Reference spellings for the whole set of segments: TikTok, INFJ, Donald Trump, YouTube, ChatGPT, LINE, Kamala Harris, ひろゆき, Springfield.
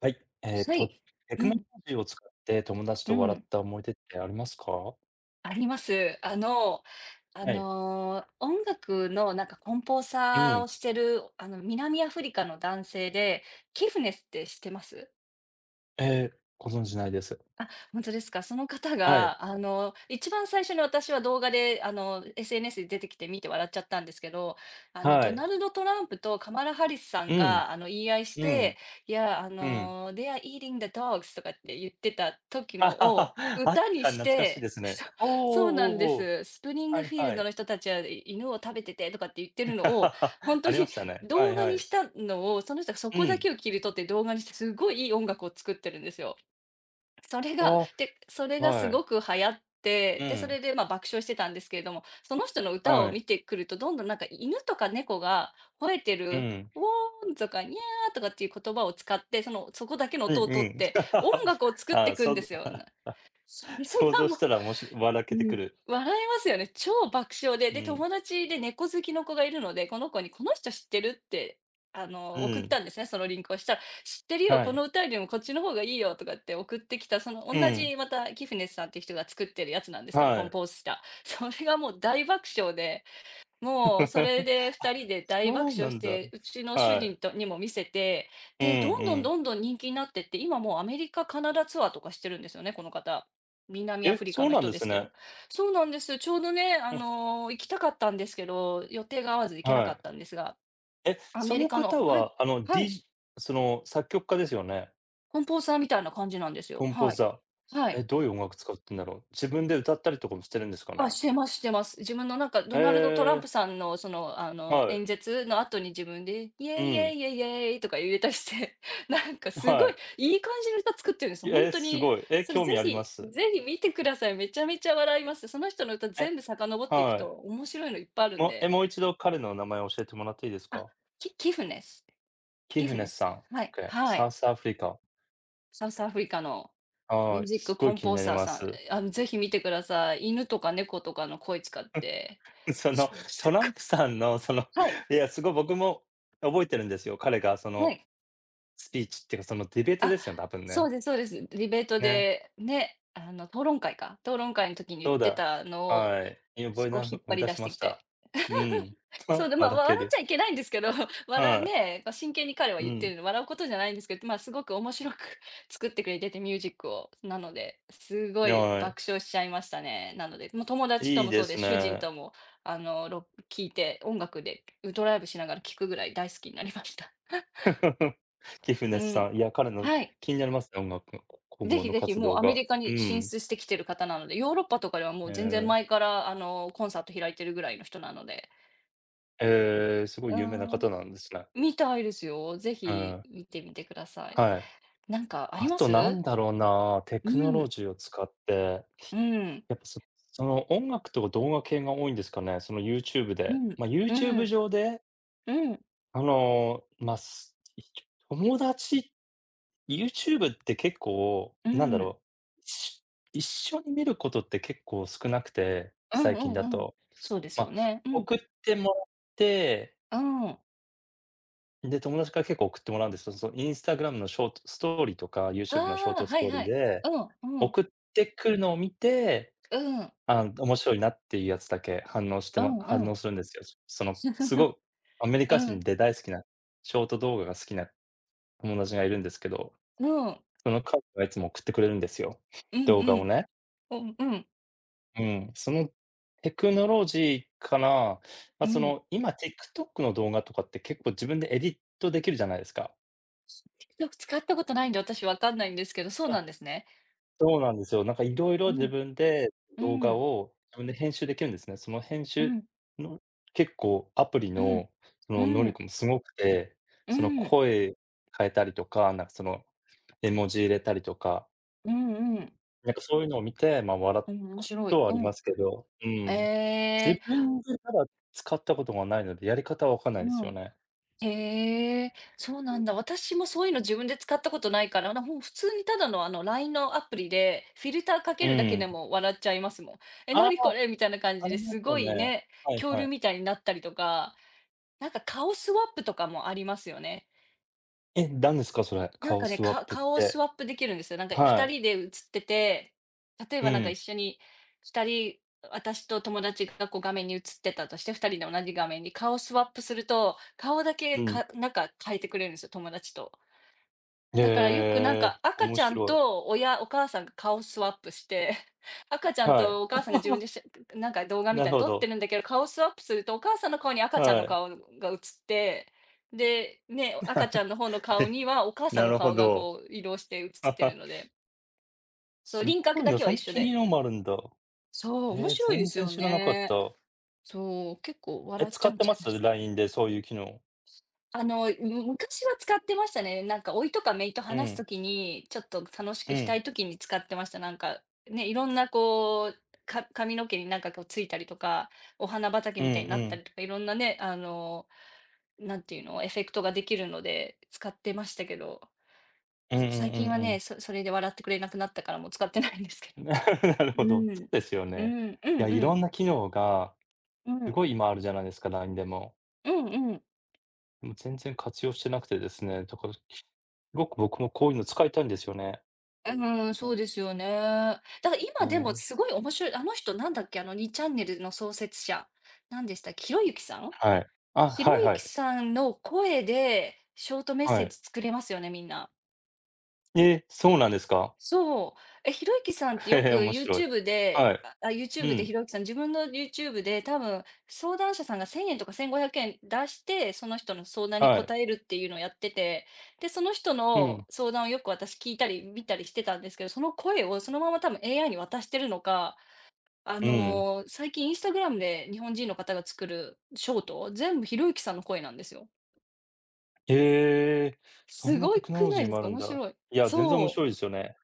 はい。はい。テクうノロん、ジーを使って友達うと笑っん、た思い出ってありますか？あります。はい。音楽のなんかーサうさん。をしてる、あの、南アフリカの男性で、キフネスって知ってます？ええ、ご存知ないです。あ、本当ですか。その方はい。が、あの、一番最初に私は動画で、あの、SNS で出てきて見て笑っちゃったんですけど、はドナい。ルド・トランプとカマラ・ハリスさうんん。が、言い合いしうん。て、いや、うん。They are eating the dogs とかって言ってた時あのははをはあっ歌にたし懐かしいでて、すね。おおそうなおんでおおお。す。スプリンはグいフィーはルドい。の人たちは、犬を食べててとかって言ってるのを、本あ当りまにしたね。は動い画はにい。したのを、その人がそうこだん。けを切り取って動画にして、すごいいい音楽を作ってるんですよ。それが、あそれがすはい。ごく流行っうて、で、そん。れで、ま、爆笑してたんですけれども、その人の歌はをい。見てくると、どんどんなんか犬とか猫が吠えてうる、ん。「ウォーン」とか「ニャー」とかっていう言葉を使って、その、そこだけのう音んをう取っん。て、音楽を作っあていあ、くそんでう すよ。そ れ想が像しもう、たらもし笑うけてくん、る。笑いますよね。超爆笑で、うで、ん。友達で猫好きの子がいるので、この子にこの人知ってるって、あうの、送っん。たんですね、そのリンクをしたら、知ってるよ、はこのい。歌よりもこっちの方がいいよとかって送ってきた、そのう同ん。じまたギフネスさんっていう人が作ってるやつなんですけど、はコンい。ポーズした。それがもう大爆笑で、もうそれ で2あ、人で大そ爆うな笑しんだ。て、うちの主は人い。とにも見せて、うんで、どんうどんん。どんどん人気になってって、今もうアメリカ、カナダツアーとかしてるんですよね、この方。南アえ、フリそカうのなん人でですすけね。ど。そうなんです。ちょうどね、あうんの、行きたかったんですけど、予定が合わず行けなはかっい。たんですが、え、アそメリのカの、方はい、は、デはィーい、ジェーその、作曲家ですよね？奔放さんみたいな感じなんですコよ。ンポーはい。ザー。はえ、い。どういう音楽使ってんだろう？自分で歌ったりとかもしてるんですかあ、ね？してますしてます。自分のなんか、ドナルド・トランえプさんの、その、あえ、の、はい。演説の後に自分で、イうエイイエん。イイエイイエイとか入れたりして、なんかすごはいいい感じの歌作ってるんです。い。ほんえ、とすに。ごい。え、それ興ぜ味ありまひす。ぜひ見てください。めちゃめちゃ笑います。その人の歌え、全部遡っていくはい。と面白いのいっぱいあるんもうえ、で。もう一度彼の名前を教えてもらっていいですあ、か？キフネス。キキフフネネスス。さん、はい、け、はサウい。スアフリカ。サウスアフリカのミュはーい、ジッすクごコいン気にポーなりサーまさん、す。あの、ぜひ見てください。犬とか猫とかの声使って。その、そうでトすラか。ンプさんのその、はい。いや、すごい僕も覚えてるんですよ。彼がそはのい。スピーチっていうか、そのディベートあ、ですよ、多分そね。うですそうです。ディベートね、で、ね、あの、討論会か、討論会の時に言っそうてだ。たのを、はい。いや、覚すえごだい引っ思張いり出出ししまてしきて。た。うん。そう で、ま、あ笑笑けっちる。ゃいけないんですけど、笑はい。ね、まあ、真剣に彼はう言ってん。るので、笑うことじゃないんですけど、ま、あすごく面白く 作ってくれてて、ミュージックを。なので、すごいはい。爆笑しちゃいましたね。なので、もう友達といいも、でそうですす、主人ね。とも、聴いて、音楽で、ドライブしながら聴くぐらい大好きになりました。キフうネスん。さん、いや、彼のはい。気になりますね、音楽の今ぜ後ひのぜひ、活もう動アメが。リカうに進ん。出してきてる方なので、ヨーロッパとかではもえう全然ー前から、あの、コンサート開いてるぐらいの人なので。ええ、すごうい有名なーん、方なんですね。みたいですよ。ぜうひん。見てみてください。はい。なんかありあまとなんす？だろうな、テうクノロん、ジーを使って、うん、やっぱそその音楽とか動画系が多いんですかね、その YouTube うで。ん、まあ、うん、う YouTube ん、上で、うん、まあ、友達 YouTube って結構、うなんだんろう、一緒に見ることって結構少なくて、う最近だんうん。と。そうですまよあ、ね。うん、送ってもらって、うん。で、友達から結構送ってもらうんですよ。その Instagram のショートストーリーとか、あ YouTube のショーあ、トスはトいーリはーい。で、うん、うん、送ってくるのを見てうん、あ面白いなっていうやつだけ反応してうまんうん。反うん、応するんですよ。その、アメリうカ人ん、で大好きなショート動画が好きな友達がいるんですけど、うん、その彼がいつも送ってくれるんですよ、うんう動画をん、ね。うんうん、うん、そのテクノロジーから、ま、うそん。の、今 TikTok の動画とかって結構自分でエディットできるじゃないですか。よく使ったことないんで、私わかんないんですけど、そうあ、なんですね。そうなんですよ。なんかいろいうろ自ん、分で動う画ん、を自分で編集できるんですね。その編う集ん、の結構アプリうん、のそうの能ん、うん、力もすごくて、うそのん、声変えたりとか、なんかその絵文字入れたりとか、うん、なんかそういうのを見て、ま、笑っうん、面こ白とい。はあうりまん。すけど、うん。自ええ、分でただ使ったことがないので、やり方はわかんないうですよん。ね。へえ、そうなんだ。私もそういうの自分で使ったことないから、もう普通にただのあの LINE のアプリで、フィルターかうけるだけでん。も笑っちゃいますもん。え、あなあ、にこれみたいな感あじでりますすよごいね。ね、はい恐は竜い。みたいになったりとか、なんか顔スワップとかもありますよね。え、何ですか？それ、なん顔かね、スワップっ顔をスて。ワップできるんですよ。なんかは2い。人で写ってて、例えうばなんかん、一緒に2人、私と友達がこう画面に映ってたとして、2人で同じ画面に顔をスワップすると、顔だうけん。なんか変えてくれるんですよ、友達と。へだからよくなんえ、か、赤面ちゃん白い。とお母さんが顔スワップして、赤ちゃんはい。とお母さんが自分でなんか動画みなるたいにほ撮ってど。るんだけど、顔スワップすると、お母さんの顔に赤ちゃんはのい。顔が映って、で、ね、赤ちゃ んの方の顔えにはお母さんなのるほ顔がど。こう移動して映ってる ので、そう、すっ輪郭ごいだな、けそはん一な緒機で。能もあるんだ。そう、面ええ、白いで全す然よ知らなかっね。た。そう、結構え、笑っち使ゃうっんてじゃまないですすか。？LINE でそういう機能。あの、昔は使ってましたね。なんか、甥とか姪とう話すん、ときに、ちょっと楽しうくしたん、いときに使ってました。なんか、ね、いろんなこう、髪の毛になんかこうついたりとか、お花う畑んみたいになっうたん。りとか、いろんなね、あの、なんていうの、エフェクトができるので使ってましたけど、うんうんう最近んはうね、ん。それで笑ってくれなくなったからもう使ってないんですけど。なるほど、うそうん。ですようね。ん、うんいや、いうろん。んな機能がうすん。ごい今あるじゃないですか、LINE でも。うんうん。でも全然活用してなくてですね、だから、すごく僕もこういうの使いたいんですよね。そうですよね。だからう今でもん。すごい面白い、あの人なんだっけ、あの2チャンネルの創設者、なんでしたっけ、ひろゆきさん？はい。あ、ひはろいゆはきい。さんの声で、ショートメッはセーい。ジ作れますよね、みんな。え、そうなんですか？そう。え、ひろゆきさんって よへえ、く 面白い。YouTube で、はい。う YouTube でひん。ろゆきさん、自分の YouTube で多分相談者さんが1000円とか1500円出して、その人の相談にはい。答えるっていうのをやってて、で、その人うのん。相談をよく私聞いたり見たりしてたんですけど、その声をそのまま多分 AI に渡してるのか、うん。最近インスタグラムで日本人の方が作るショート、全部ひろゆきさんの声なんですよ。ええ、そすんなごテいクノくロなジいーでもすあるか、ん面だ。白い。いや、全然面そう。白いですよね。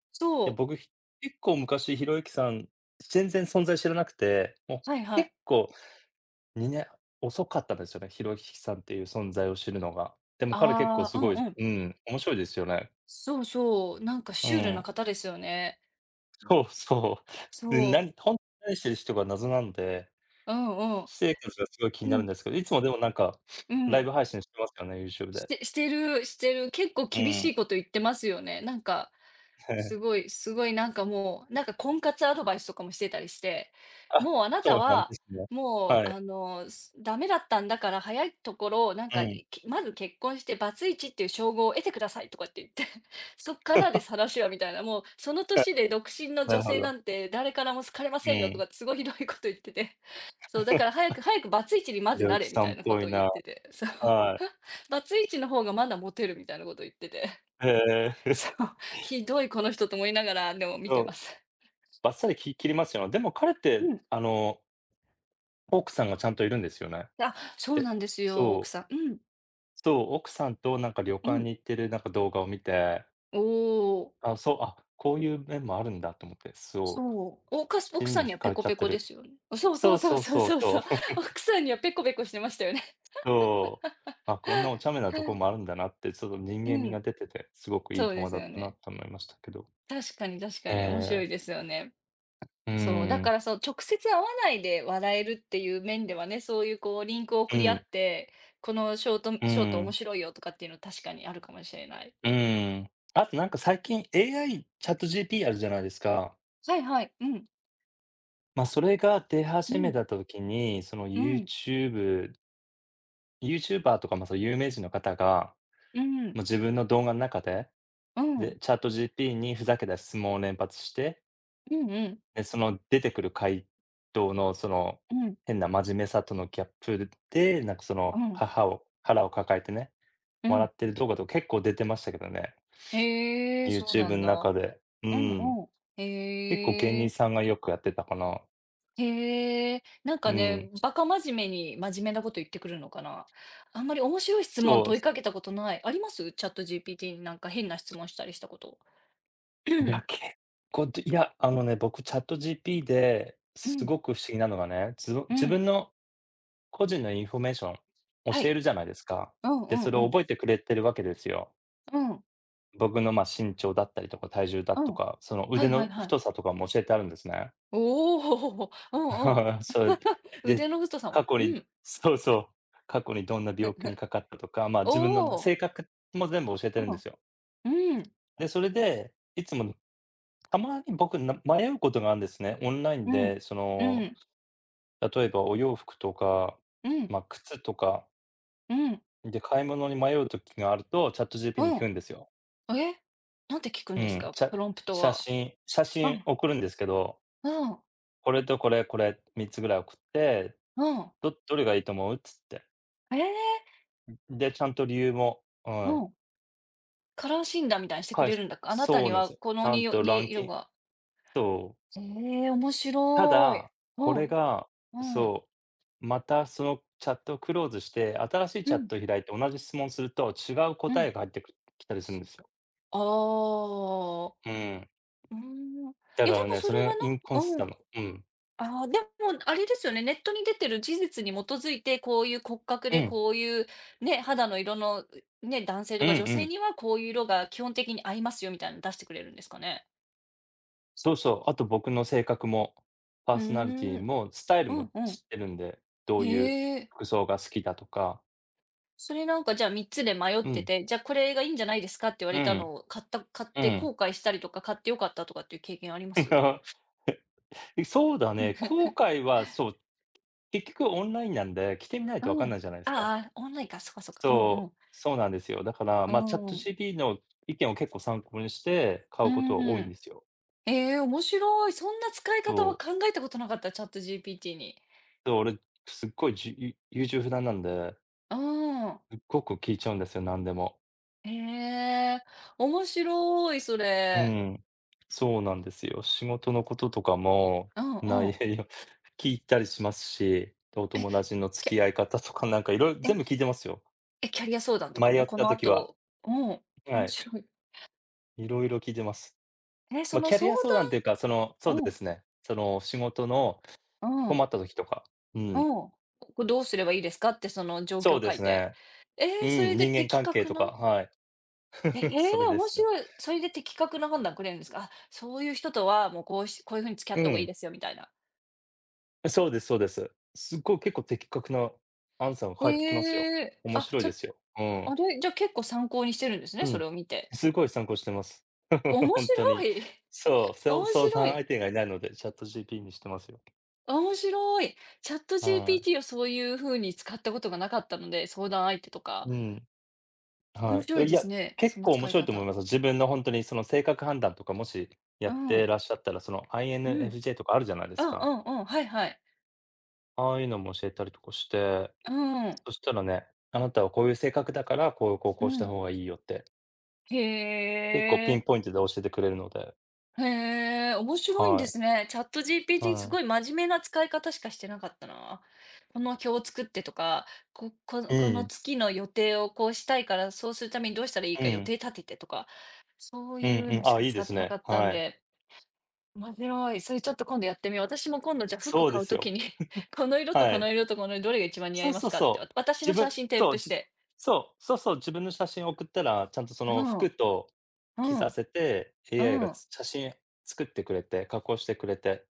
いや、そう。僕、ひ結構昔、ひろゆきさん、全然存在知らなくて、もうはいは結い。構2年遅かったんですよね、ひろゆきさんっていう存在を知るのが。でも彼結構あすあ、うごいんうん。うん、面白いですよね。そうそう、なんかうシュールなん。方ですよね。そうそう。で、そなう。にほん何してる人が謎なんでうんうん。私生活がすごい気になうるんん、ですけど、いつもでもなんか、うライん。ブ配信してますよね、YouTube しで。てしてるしてる。結構う厳しん。いこと言ってますよね。すご い、すごいなんかもう、なんか婚活アドバイスとかもしてたりして、あ、もうあなそたうなんでは、すね。もはうい。あの、ダメだったんだから早いところ、うん。まず結婚してバツイチっていう称号を得てくださいとかって言って、そっから話はみたいな、もうその 年で独身のなる女ほ性など。んて誰からも好かれまうせんよとん。かってすごいひどいこと言ってて、そうだから 早くバツイチにまひずろゆなきれみさんたっいなこぽといを言っな。てて、そう。はい。バツイチの方がまだモテるみたいなことを言ってて。へ え。そう、ひどいこの人と思いながら、でも見そてう、ます。バッサリき切りますよね。でも彼っうて、ん。奥さんがちゃんといるんですよね。あ、そうでなんですよ、奥そう、さん。うん、そう、奥さんとなんか旅う館にん。行ってるなんか動画を見て、おお。あ、そう、あ、こういう面もあるんだと思って、そう、そう。おかす奥尻さにんに惹はかペれコちゃペってコでる。すよね。そうそそううそうそうそうそうそうそそう。う。奥さんにはペコペコしてましたよね。そう。あ、こんなお茶目なとこもあるんだなって、ちょっと 人う間味がん、出てて、すごくいいそうで友すだっよたなね。と思いましたけど。確かに確かえに面白え、いですよね。うそう、だかん、らそう、直接会わないで笑えるっていう面ではね、そういうこうリンクをう送り合ん、って、このショートうショート面ん、白いよとかっていうの確かにあるかもしれない。うん。あとなんか最近 AI、チャット g p あるじゃないですか。はいはい。うん。ま、それが出う始めん。た時に、その う u ん。t u b e ブユーチューバーとか、ま、そう有名人の方が、うん、もう自分の動画の中で、うで、ん、チャット t g p にふざけた質問を連発してうんうん、で、その出てくる回答のその、うん、変な真面目さとのギャップで、なんかそうの、ん、腹を抱えてね、う笑ん。ってる動画とか結構出てましたけどね。へえ、そうな YouTube んん中だ。で。ううんん。うん。結構芸へ人え。さんがよくやってたかな。へえ、なんうかね、ん。バカ真面目に真面目なこと言ってくるのかな。あんまり面白い質問そ問いかう。けたことない。あります？チャット GPT になんか変な質問したりしたこと。ういや、ん、結いや、あのね、僕 ChatGPT でうすん、ごく不思議なのがね、う自ん。分の個人のインフォメーション教はえい。るじゃないですか。うんうで、んそれをうん。覚えてくれてるわけですよ。うん、僕の、ま、身長だったりとか体重だうとん。はか、その腕いはいのはい。太さとかも教えてあるんですね。おお、うんうん。そう。腕で、の太さも。過去うにん。そうそう。過去にどんな病気にかかったとか、ま、お自分の性お。格も全部教えてるんうでん。すよ。うん。で、それで、いつもたまに僕な迷うことがあるんですね。オンラインうん。でそうの、ん。例えばお洋服とか、うん。ま、靴とか、うん。で、買い物に迷う時があると、チャット g p にう聞くんですよ。ん。え、なんて聞くうんですん。か？プロンプト写は。真写う真ん。送るんですけどうん。これとこれ、これ3つぐらい送って、うん。どれがいいと思う？っつって。ええ。で、ちゃんと理由も、はうい、ん。カラー診断みたいにしてく返れするんだか。あなたそうになんですはよ。こちのゃんとランキ色ンが。そう。ええ、面た白い。だ、こうれん。がうん。そう、またそのチャットをクローズして、新しいうチャッん。トを開いて同じ質問すると、違うう答ん。えが入ってくきたりするんですよ。ああ。うん。うーん。いだや、かでらもね、そそれれがはインコンシスうん。タのうん。ああ、でも、あれですよね、ネットに出てる事実に基づいて、こういう骨格うで、ん。こういうね、肌の色の、ね、男性うとんうか女性んにはこういう色が基本的に合いますよみたいなの出してくれるんですかね？そうそう。あと僕の性格も、パうーソナリティーん。も、スタイルうもんうん。知ってるんで、どへういうえ。服装が好きだとか。それなんかじゃあ3つで迷っうてん、て、じゃあこれがいいんじゃないですかって言わうれたん、のを買っうてん。後悔したりとか、買って良かったとかっていう経験あります？そうだうん。ね。後 悔は、そう、結局オンラインなんで、着てみないうとわかんなん。いじゃないですか。ああ、オンラインか、そっかそっか。うんうそう、ん。そうなんですよ。だから、うまあ、チャット t ん。g p t の意見を結構参考にして、買ううことは多いんでん。すよ。ええ、面白い。そんな使い方そは考う。えたことなかった、チャット g p t に。で、俺、すっごいじゆ優柔不断なんで、うーん。すっごく聞いちゃうんですよ、なんでも。へえ、面白い、そうれ。ん、そうなんですよ。仕事のこととかも、うんう内容 ん。聞いたりしますし、おえ、友達のきゃ付き合い方とかなんかいろいろえ全部聞いてますよ。え、キャリア相談とか迷っも？こたの時は、後うん、は面い、白い。いろいろ聞いてます。え、そまあ、のキャリ相ア相談っていうか、その、そう談うでん、すね。その仕事のう困ん、った時とか、ううん、ん。ここどうすればいいですかって、その状そ況うをで書すいて。ね。えうえ、それん、で人間的関係確とか、なはい。え そえ、れで面すね。白い。それで的確な判断くれるんですか？あ、そういう人とはもうこうしこういう風に付き合うった方がいいん、ですよみたいな。そうですそうです。すっごい結構的確なアンサーが返ってきますよ。ええ、面あ、白いじゃ、ですよ。うん。あれ、じゃ、結構参考にしてるんですね、うそん。れを見て。すごい参考してます。面本当白に。い。そう、そう面相白談相い。手がいないので、チャット g p にしてますよ。面白い。はい。ChatGPT をそういう風に使ったことがなかったので、相談相手とか。うん。面は白い。いいですや、ね、結その構面使い白いと思い方。ます。自分の本当にその性格判断とか、もしやうってん。らっしゃったら、その うん。うん INFJ とかあるじゃないでうすか。んうん、はいはい。ああいうのも教えたりとかして、うん。そしたらね、あなたはこういう性格だから、こうこううこうしたん。方がいいよって、へ結構ピンえ。ポイントで教えてくれるので、へえ、面白いんではすね。チャット い、GPT はすい。ごい真面目な使い方しかしてなかったな。この表を作ってとか、うこのん、月の予定をこうしたいから、そうするためにどうしたらいいうか予ん、定立ててとか、そうういんううん、のしあ、かいい使でっすてなかね。ったんはい。で、面白い。それちょっと今度やってみよう。私も今度じゃあ服そうで買うすときよ。に この色とはこのい。色とこの色どれが一番似合そいうまそうすかって、そう。私自の写分真添そう、付しじて。そう、自分の写真送ったら、ちゃんとそうのん、服と着うさん、せて、AI うがん。写真作ってくれて、加工してくれて、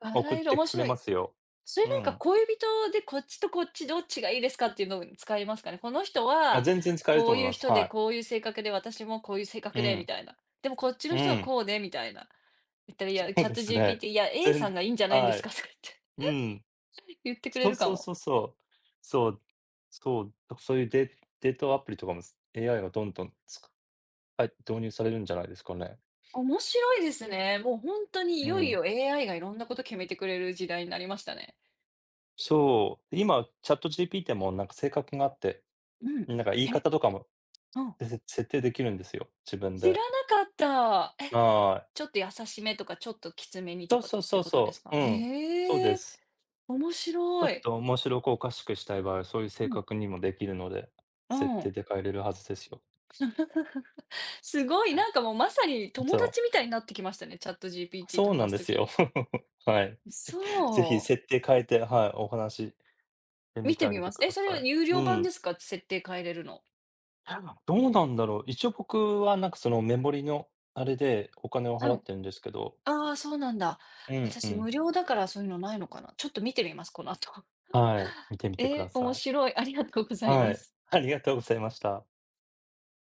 バ送ラっ色て面くれ白まい。すよ。それうなんかん。恋人でこっちとこっちどっちがいいですかっていうのを使いますかね。この人あ、は全然使えることう思いいまうす。人はでい。こういう性格で、私もこういう性う格でん。みたいな。でもこっちうの人はん。こうでみたいな。言ったら、いそや、うチャでット す g p ね。t いや、A ぜさんんがいいんじゃないんではすかい。とか言って うん。言ってくれそうるかそうも。そうそう。そう、そう、だそういうデートアプリとかも、AI がどんどんつかはい、導入されるんじゃないですかね。面白いですね。もう本当にいうよいん。よ AI がいろんなこと決めてくれる時代になりましたね。そう、今、チャット g p t もなんか性格があって、うん。なんか言いえ、方とかも、うん。設定できるんですよ、自分知らで。なかった。え、はい。ちょっと優しめとか、ちょっときつめにとそうかっそうてそいううことでそすう、か？うん、そうへでえ。す。面ちょ白っい。と面白くおかしくしたい場合は、そういう性うん。格にもできるので、う設定ん。で変えれるはずですよ。すごい、なんかもうまさに友そう、達みたいになってきましたね、チャット g p t とそうなん話すでとすきよ。に。はい。そぜひう。設定変えて、はい、お話で見見ててあみげてます。くえ、ださそれはい。有う料版ん。ですか？設定変えれるの。どうなんだろう、一応僕はなんかそのメモリのあれでお金を払はっい。てるんですけど、ああ、そうなんだ。うんう私ん。無料だからそういうのないのかな。ちょっと見てみます、この後。はい、見てみてくえだえ、面さい。白い。ありがとうございはまい、す。ありがとうございました。